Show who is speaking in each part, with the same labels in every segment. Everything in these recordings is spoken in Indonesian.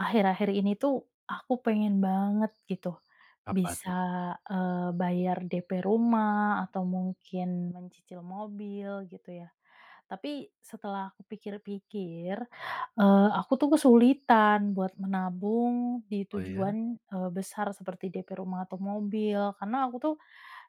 Speaker 1: Akhir-akhir ini tuh aku pengen banget gitu
Speaker 2: Apa
Speaker 1: bisa,
Speaker 2: tuh?
Speaker 1: bayar DP rumah atau mungkin mencicil mobil gitu ya. Tapi setelah aku pikir-pikir, aku tuh kesulitan buat menabung di
Speaker 2: Oh ya?
Speaker 1: tujuan, besar seperti DP rumah atau mobil. Karena aku tuh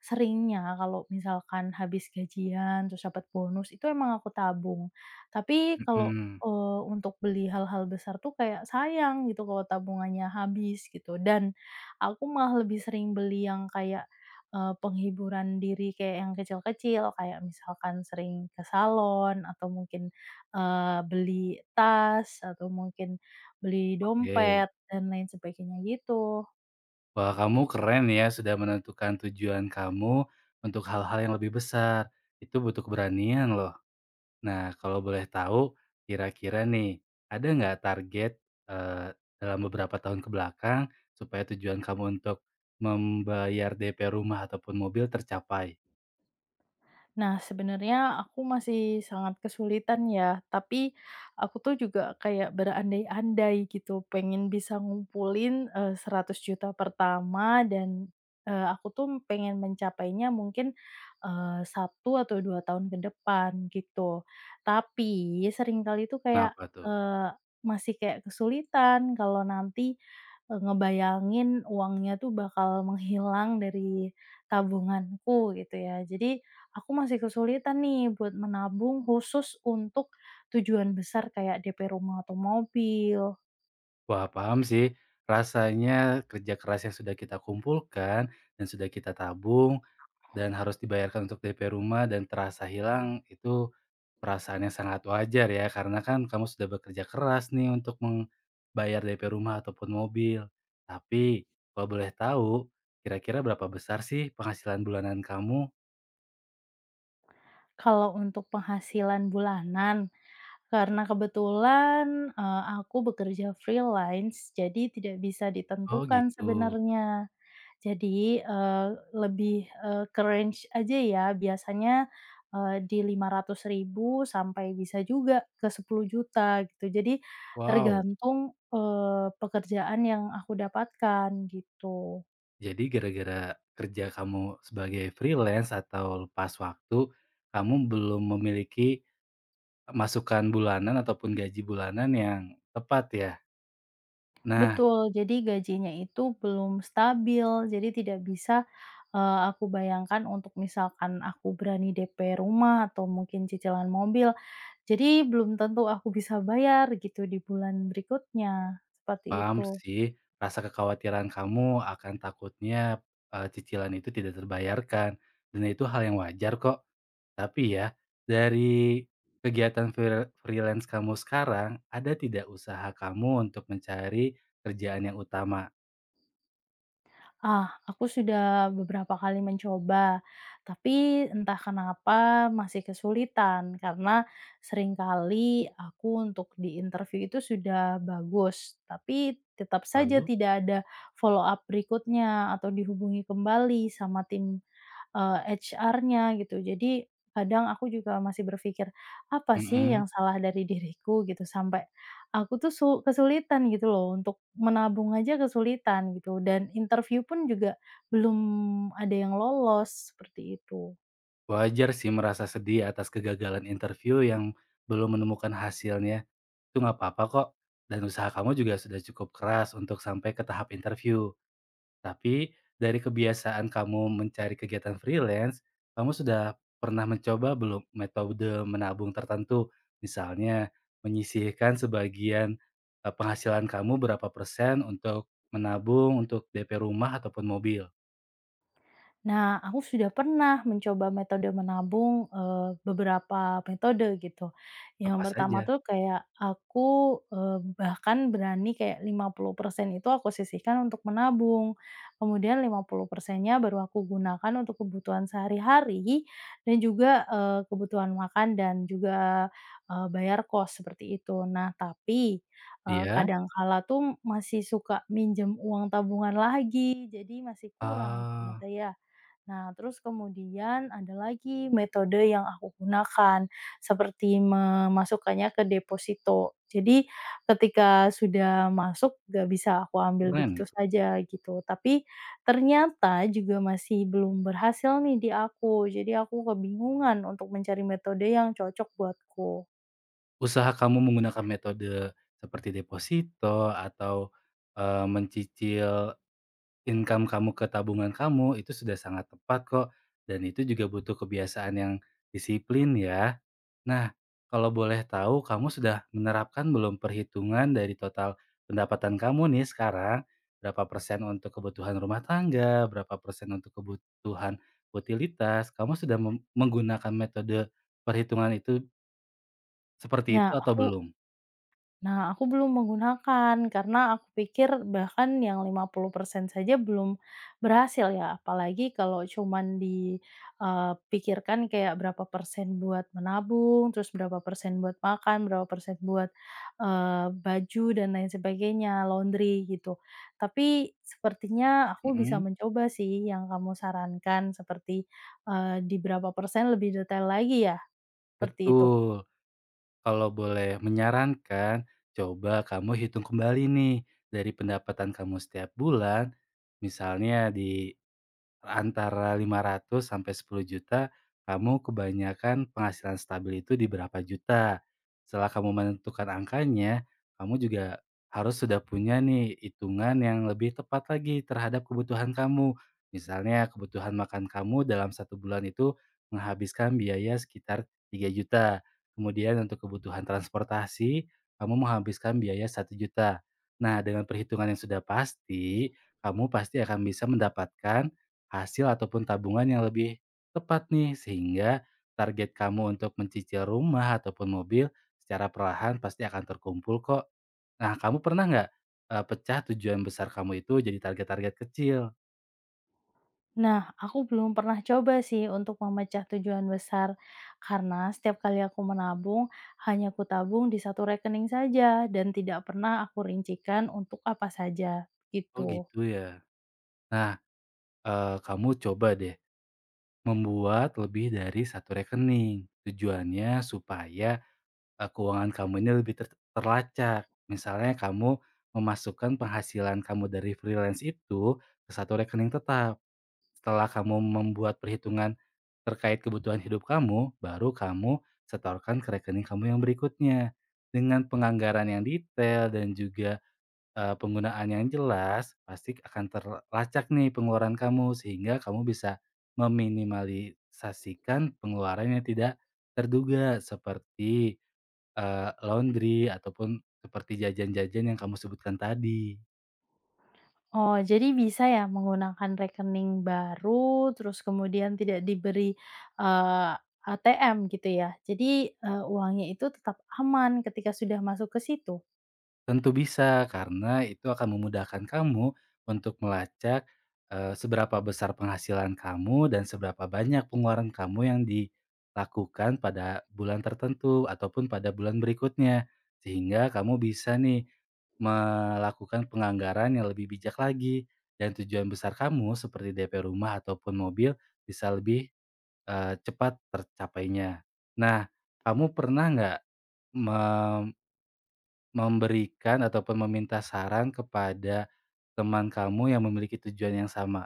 Speaker 1: seringnya kalau misalkan habis gajian terus dapat bonus itu emang aku tabung. Tapi kalau
Speaker 2: Mhm,
Speaker 1: Untuk beli hal-hal besar tuh kayak sayang gitu kalau tabungannya habis gitu dan aku malah lebih sering beli yang kayak, penghiburan diri kayak yang kecil-kecil kayak misalkan sering ke salon atau mungkin, beli tas atau mungkin beli
Speaker 2: oke.
Speaker 1: dompet dan lain sebagainya gitu.
Speaker 2: Wah, kamu keren ya sudah menentukan tujuan kamu untuk hal-hal yang lebih besar. Itu butuh keberanian loh. Nah, kalau boleh tahu kira-kira nih, ada nggak target, eee, dalam beberapa tahun ke belakang supaya tujuan kamu untuk membayar DP rumah ataupun mobil tercapai?
Speaker 1: Nah, sebenarnya aku masih sangat kesulitan ya, tapi aku tuh juga kayak berandai-andai gitu, pengen bisa ngumpulin, juta pertama dan, aku tuh pengen mencapainya mungkin, 1 atau 2 tahun ke depan gitu. Tapi seringkali tuh kayak,
Speaker 2: Kenapa tuh?
Speaker 1: masih kayak kesulitan kalau nanti, ngebayangin uangnya tuh bakal menghilang dari tabunganku gitu ya. Jadi aku masih kesulitan nih buat menabung khusus untuk tujuan besar kayak DP rumah atau mobil.
Speaker 2: Wah, paham sih. Rasanya kerja keras yang sudah kita kumpulkan dan sudah kita tabung dan harus dibayarkan untuk DP rumah dan terasa hilang, itu perasaan yang sangat wajar ya, karena kan kamu sudah bekerja keras nih untuk bayar DP rumah ataupun mobil. Tapi, kalau boleh tahu, kira-kira berapa besar sih penghasilan bulanan kamu?
Speaker 1: Kalau untuk penghasilan bulanan, karena kebetulan, aku bekerja freelance, jadi tidak bisa
Speaker 2: Oh
Speaker 1: ditentukan
Speaker 2: gitu,
Speaker 1: sebenarnya. Jadi, lebih, ke range aja ya biasanya, di 500.000 sampai bisa juga ke 10 juta gitu. Jadi
Speaker 2: wow.
Speaker 1: tergantung, pekerjaan yang aku dapatkan gitu.
Speaker 2: Jadi gara-gara kerja kamu sebagai freelance atau lepas waktu, kamu belum memiliki masukan bulanan ataupun gaji bulanan yang tepat ya? Nah.
Speaker 1: Betul, jadi gajinya itu belum stabil, jadi tidak bisa, aku bayangkan untuk misalkan aku berani DP rumah atau mungkin cicilan mobil, jadi belum tentu aku bisa bayar gitu di bulan berikutnya, seperti
Speaker 2: Paham
Speaker 1: itu.
Speaker 2: sih, rasa kekhawatiran kamu akan takutnya, cicilan itu tidak terbayarkan, dan itu hal yang wajar kok. Tapi ya, dari kegiatan freelance kamu sekarang, ada tidak usaha kamu untuk mencari kerjaan yang utama?
Speaker 1: Ah, aku sudah beberapa kali mencoba, tapi entah kenapa masih kesulitan karena seringkali aku untuk di interview itu sudah bagus, tapi tetap saja
Speaker 2: Lalu.
Speaker 1: tidak ada follow up berikutnya atau dihubungi kembali sama tim HR-nya gitu. Jadi kadang aku juga masih berpikir, "Apa sih
Speaker 2: Mhm,
Speaker 1: yang salah dari diriku?" Gitu, sampai aku tuh su kesulitan gitu loh, untuk menabung aja kesulitan gitu, dan interview pun juga belum ada yang lolos, seperti itu.
Speaker 2: wajar sih merasa sedih atas kegagalan interview yang belum menemukan hasilnya, itu nggak apa-apa kok, dan usaha kamu juga sudah cukup keras untuk sampai ke tahap interview. Tapi, dari kebiasaan kamu mencari kegiatan freelance, kamu sudah pernah mencoba belum metode menabung tertentu? Misalnya, menyisihkan sebagian, penghasilan kamu berapa persen untuk menabung untuk DP rumah ataupun mobil?
Speaker 1: Nah, aku sudah pernah mencoba metode menabung, beberapa metode gitu. Yang
Speaker 2: Apa
Speaker 1: pertama
Speaker 2: saja?
Speaker 1: tuh kayak aku, bahkan berani kayak 50% itu aku sisihkan untuk menabung, kemudian 50%-nya baru aku gunakan untuk kebutuhan sehari-hari dan juga, kebutuhan makan dan juga, bayar kos seperti itu. Nah, tapi,
Speaker 2: Iya?
Speaker 1: kadang kala tuh masih suka minjem uang tabungan lagi, jadi masih kurang
Speaker 2: Ah,
Speaker 1: ternyata ya. Nah, terus kemudian ada lagi metode yang aku gunakan, seperti memasukkannya ke deposito. Jadi ketika sudah masuk nggak bisa aku ambil
Speaker 2: keren
Speaker 1: begitu
Speaker 2: tuh.
Speaker 1: saja gitu, tapi ternyata juga masih belum berhasil nih di aku, jadi aku kebingungan untuk mencari metode yang cocok buatku.
Speaker 2: Usaha kamu menggunakan metode seperti deposito atau, mencicil income kamu ke tabungan kamu itu sudah sangat tepat kok, dan itu juga butuh kebiasaan yang disiplin ya. Nah, kalau boleh tahu kamu sudah menerapkan belum perhitungan dari total pendapatan kamu nih sekarang, berapa persen untuk kebutuhan rumah tangga, berapa persen untuk kebutuhan utilitas, kamu sudah menggunakan metode perhitungan itu seperti itu
Speaker 1: Nah,
Speaker 2: atau
Speaker 1: aku
Speaker 2: belum?
Speaker 1: Nah, aku belum menggunakan karena aku pikir bahkan yang 50% saja belum berhasil ya, apalagi kalau cuman dipikirkan kayak berapa persen buat menabung, terus berapa persen buat makan, berapa persen buat, baju dan lain sebagainya, laundry gitu. Tapi sepertinya aku bisa
Speaker 2: Mhm,
Speaker 1: mencoba sih yang kamu sarankan seperti, di berapa persen lebih detail lagi ya, seperti itu?
Speaker 2: betul. Kalau boleh menyarankan, coba kamu hitung kembali nih dari pendapatan kamu setiap bulan, misalnya di antara 500 sampai 10 juta, kamu kebanyakan penghasilan stabil itu di berapa juta. Setelah kamu menentukan angkanya, kamu juga harus sudah punya nih hitungan yang lebih tepat lagi terhadap kebutuhan kamu. Misalnya kebutuhan makan kamu dalam satu bulan itu menghabiskan biaya sekitar 3 juta. Kemudian untuk kebutuhan transportasi, kamu menghabiskan biaya 1 juta. Nah, dengan perhitungan yang sudah pasti, kamu pasti akan bisa mendapatkan hasil ataupun tabungan yang lebih tepat nih, sehingga target kamu untuk mencicil rumah ataupun mobil secara perlahan pasti akan terkumpul kok. Nah, kamu pernah nggak, pecah tujuan besar kamu itu jadi target-target kecil?
Speaker 1: Nah, aku belum pernah coba sih untuk memecah tujuan besar, karena setiap kali aku menabung, hanya aku tabung di satu rekening saja dan tidak pernah aku rincikan untuk apa saja,
Speaker 2: Oh
Speaker 1: gitu.
Speaker 2: gitu ya. Nah, kamu coba deh membuat lebih dari satu rekening. Tujuannya supaya, keuangan kamu ini lebih terlacak. Misalnya kamu memasukkan penghasilan kamu dari freelance itu ke satu rekening tetap. Setelah kamu membuat perhitungan terkait kebutuhan hidup kamu, baru kamu setorkan ke rekening kamu yang berikutnya. Dengan penganggaran yang detail dan juga, penggunaan yang jelas, pasti akan terlacak nih pengeluaran kamu sehingga kamu bisa meminimalisasikan pengeluaran yang tidak terduga seperti, laundry ataupun seperti jajan-jajan yang kamu sebutkan tadi.
Speaker 1: Oh, jadi bisa ya menggunakan rekening baru, terus kemudian tidak diberi eee, ATM gitu ya. Jadi, uangnya itu tetap aman ketika sudah masuk ke situ?
Speaker 2: Tentu bisa, karena itu akan memudahkan kamu untuk melacak, seberapa besar penghasilan kamu dan seberapa banyak pengeluaran kamu yang dilakukan pada bulan tertentu ataupun pada bulan berikutnya. Sehingga kamu bisa nih melakukan penganggaran yang lebih bijak lagi dan tujuan besar kamu seperti DP rumah ataupun mobil bisa lebih, cepat tercapainya. Nah, kamu pernah nggak me Memberikan ataupun meminta saran kepada teman kamu yang memiliki tujuan yang sama.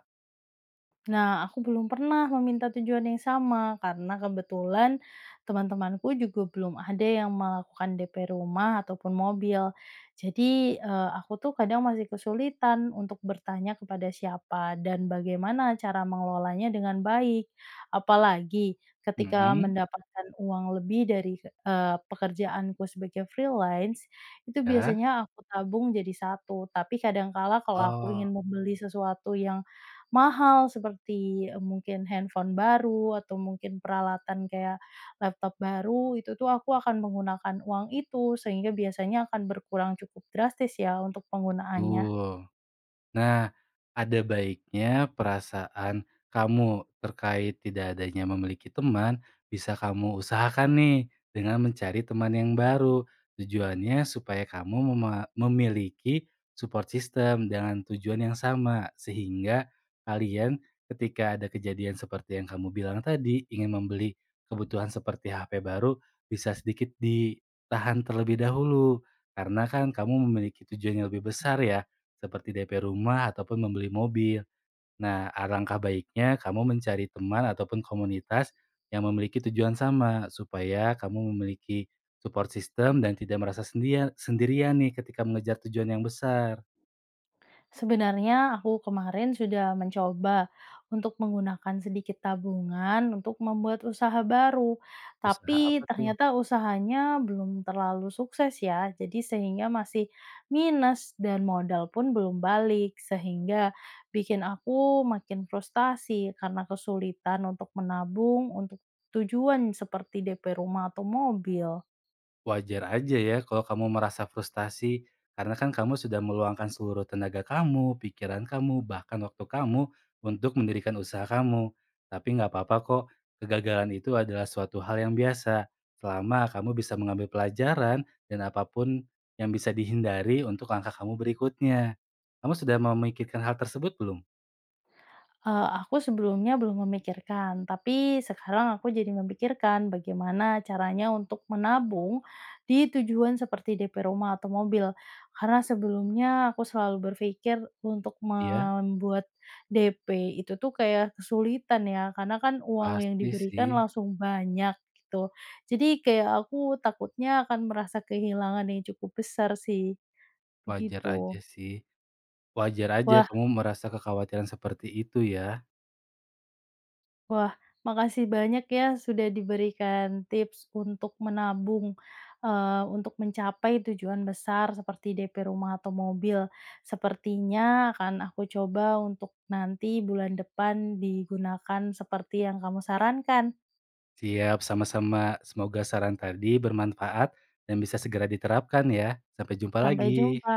Speaker 1: Nah, aku belum pernah meminta tujuan yang sama karena kebetulan teman-temanku juga belum ada yang melakukan DP rumah ataupun mobil. Jadi, aku tuh kadang masih kesulitan untuk bertanya kepada siapa dan bagaimana cara mengelolanya dengan baik. Apalagi ketika
Speaker 2: Mhm,
Speaker 1: mendapatkan uang lebih dari, pekerjaanku sebagai freelance, itu
Speaker 2: ya?
Speaker 1: biasanya aku tabung jadi satu tapi kadangkala kalau aku
Speaker 2: Oh.
Speaker 1: ingin membeli sesuatu yang mahal seperti, mungkin handphone baru atau mungkin peralatan kayak laptop baru, itu tuh aku akan menggunakan uang itu, sehingga biasanya akan berkurang cukup drastis ya untuk penggunaannya.
Speaker 2: Betul. Nah, ada baiknya perasaan kamu terkait tidak adanya memiliki teman bisa kamu usahakan nih dengan mencari teman yang baru. Tujuannya supaya kamu memiliki support system dengan tujuan yang sama sehingga kalian ketika ada kejadian seperti yang kamu bilang tadi ingin membeli kebutuhan seperti HP baru bisa sedikit ditahan terlebih dahulu karena kan kamu memiliki tujuan yang lebih besar ya seperti DP rumah ataupun membeli mobil. Nah, alangkah baiknya kamu mencari teman ataupun komunitas yang memiliki tujuan sama, supaya kamu memiliki support system dan tidak merasa sendirian nih ketika mengejar tujuan yang besar.
Speaker 1: Sebenarnya aku kemarin sudah mencoba untuk menggunakan sedikit tabungan untuk membuat usaha baru,
Speaker 2: Usaha
Speaker 1: tapi
Speaker 2: apa tuh?
Speaker 1: ternyata usahanya belum terlalu sukses ya. Jadi sehingga masih minus dan modal pun belum balik, sehingga bikin aku makin frustasi karena kesulitan untuk menabung untuk tujuan seperti DP rumah atau mobil.
Speaker 2: Wajar aja ya kalau kamu merasa frustasi, karena kan kamu sudah meluangkan seluruh tenaga kamu, pikiran kamu, bahkan waktu kamu untuk mendirikan usaha kamu. Tapi nggak apa-apa kok, kegagalan itu adalah suatu hal yang biasa. Selama kamu bisa mengambil pelajaran dan apapun yang bisa dihindari untuk langkah kamu berikutnya. Kamu sudah memikirkan hal tersebut belum?
Speaker 1: Aku sebelumnya belum memikirkan, tapi sekarang aku jadi memikirkan bagaimana caranya untuk menabung di tujuan seperti DP rumah atau mobil. Karena sebelumnya aku selalu berpikir untuk
Speaker 2: Iya,
Speaker 1: membuat DP itu tuh kayak kesulitan ya, karena kan uang yang
Speaker 2: pasti
Speaker 1: diberikan
Speaker 2: sih.
Speaker 1: langsung banyak gitu. Jadi kayak aku takutnya akan merasa kehilangan yang cukup besar sih,
Speaker 2: Wajar aja
Speaker 1: begitu.
Speaker 2: sih. Wajar aja
Speaker 1: Wah
Speaker 2: kamu merasa kekhawatiran seperti itu ya.
Speaker 1: Wah, makasih banyak ya sudah diberikan tips untuk menabung, untuk mencapai tujuan besar seperti DP rumah atau mobil. Sepertinya akan aku coba untuk nanti bulan depan digunakan seperti yang kamu sarankan.
Speaker 2: Siap, sama-sama. Semoga saran tadi bermanfaat dan bisa segera diterapkan ya. Sampai jumpa
Speaker 1: Sampai
Speaker 2: lagi.
Speaker 1: jumpa.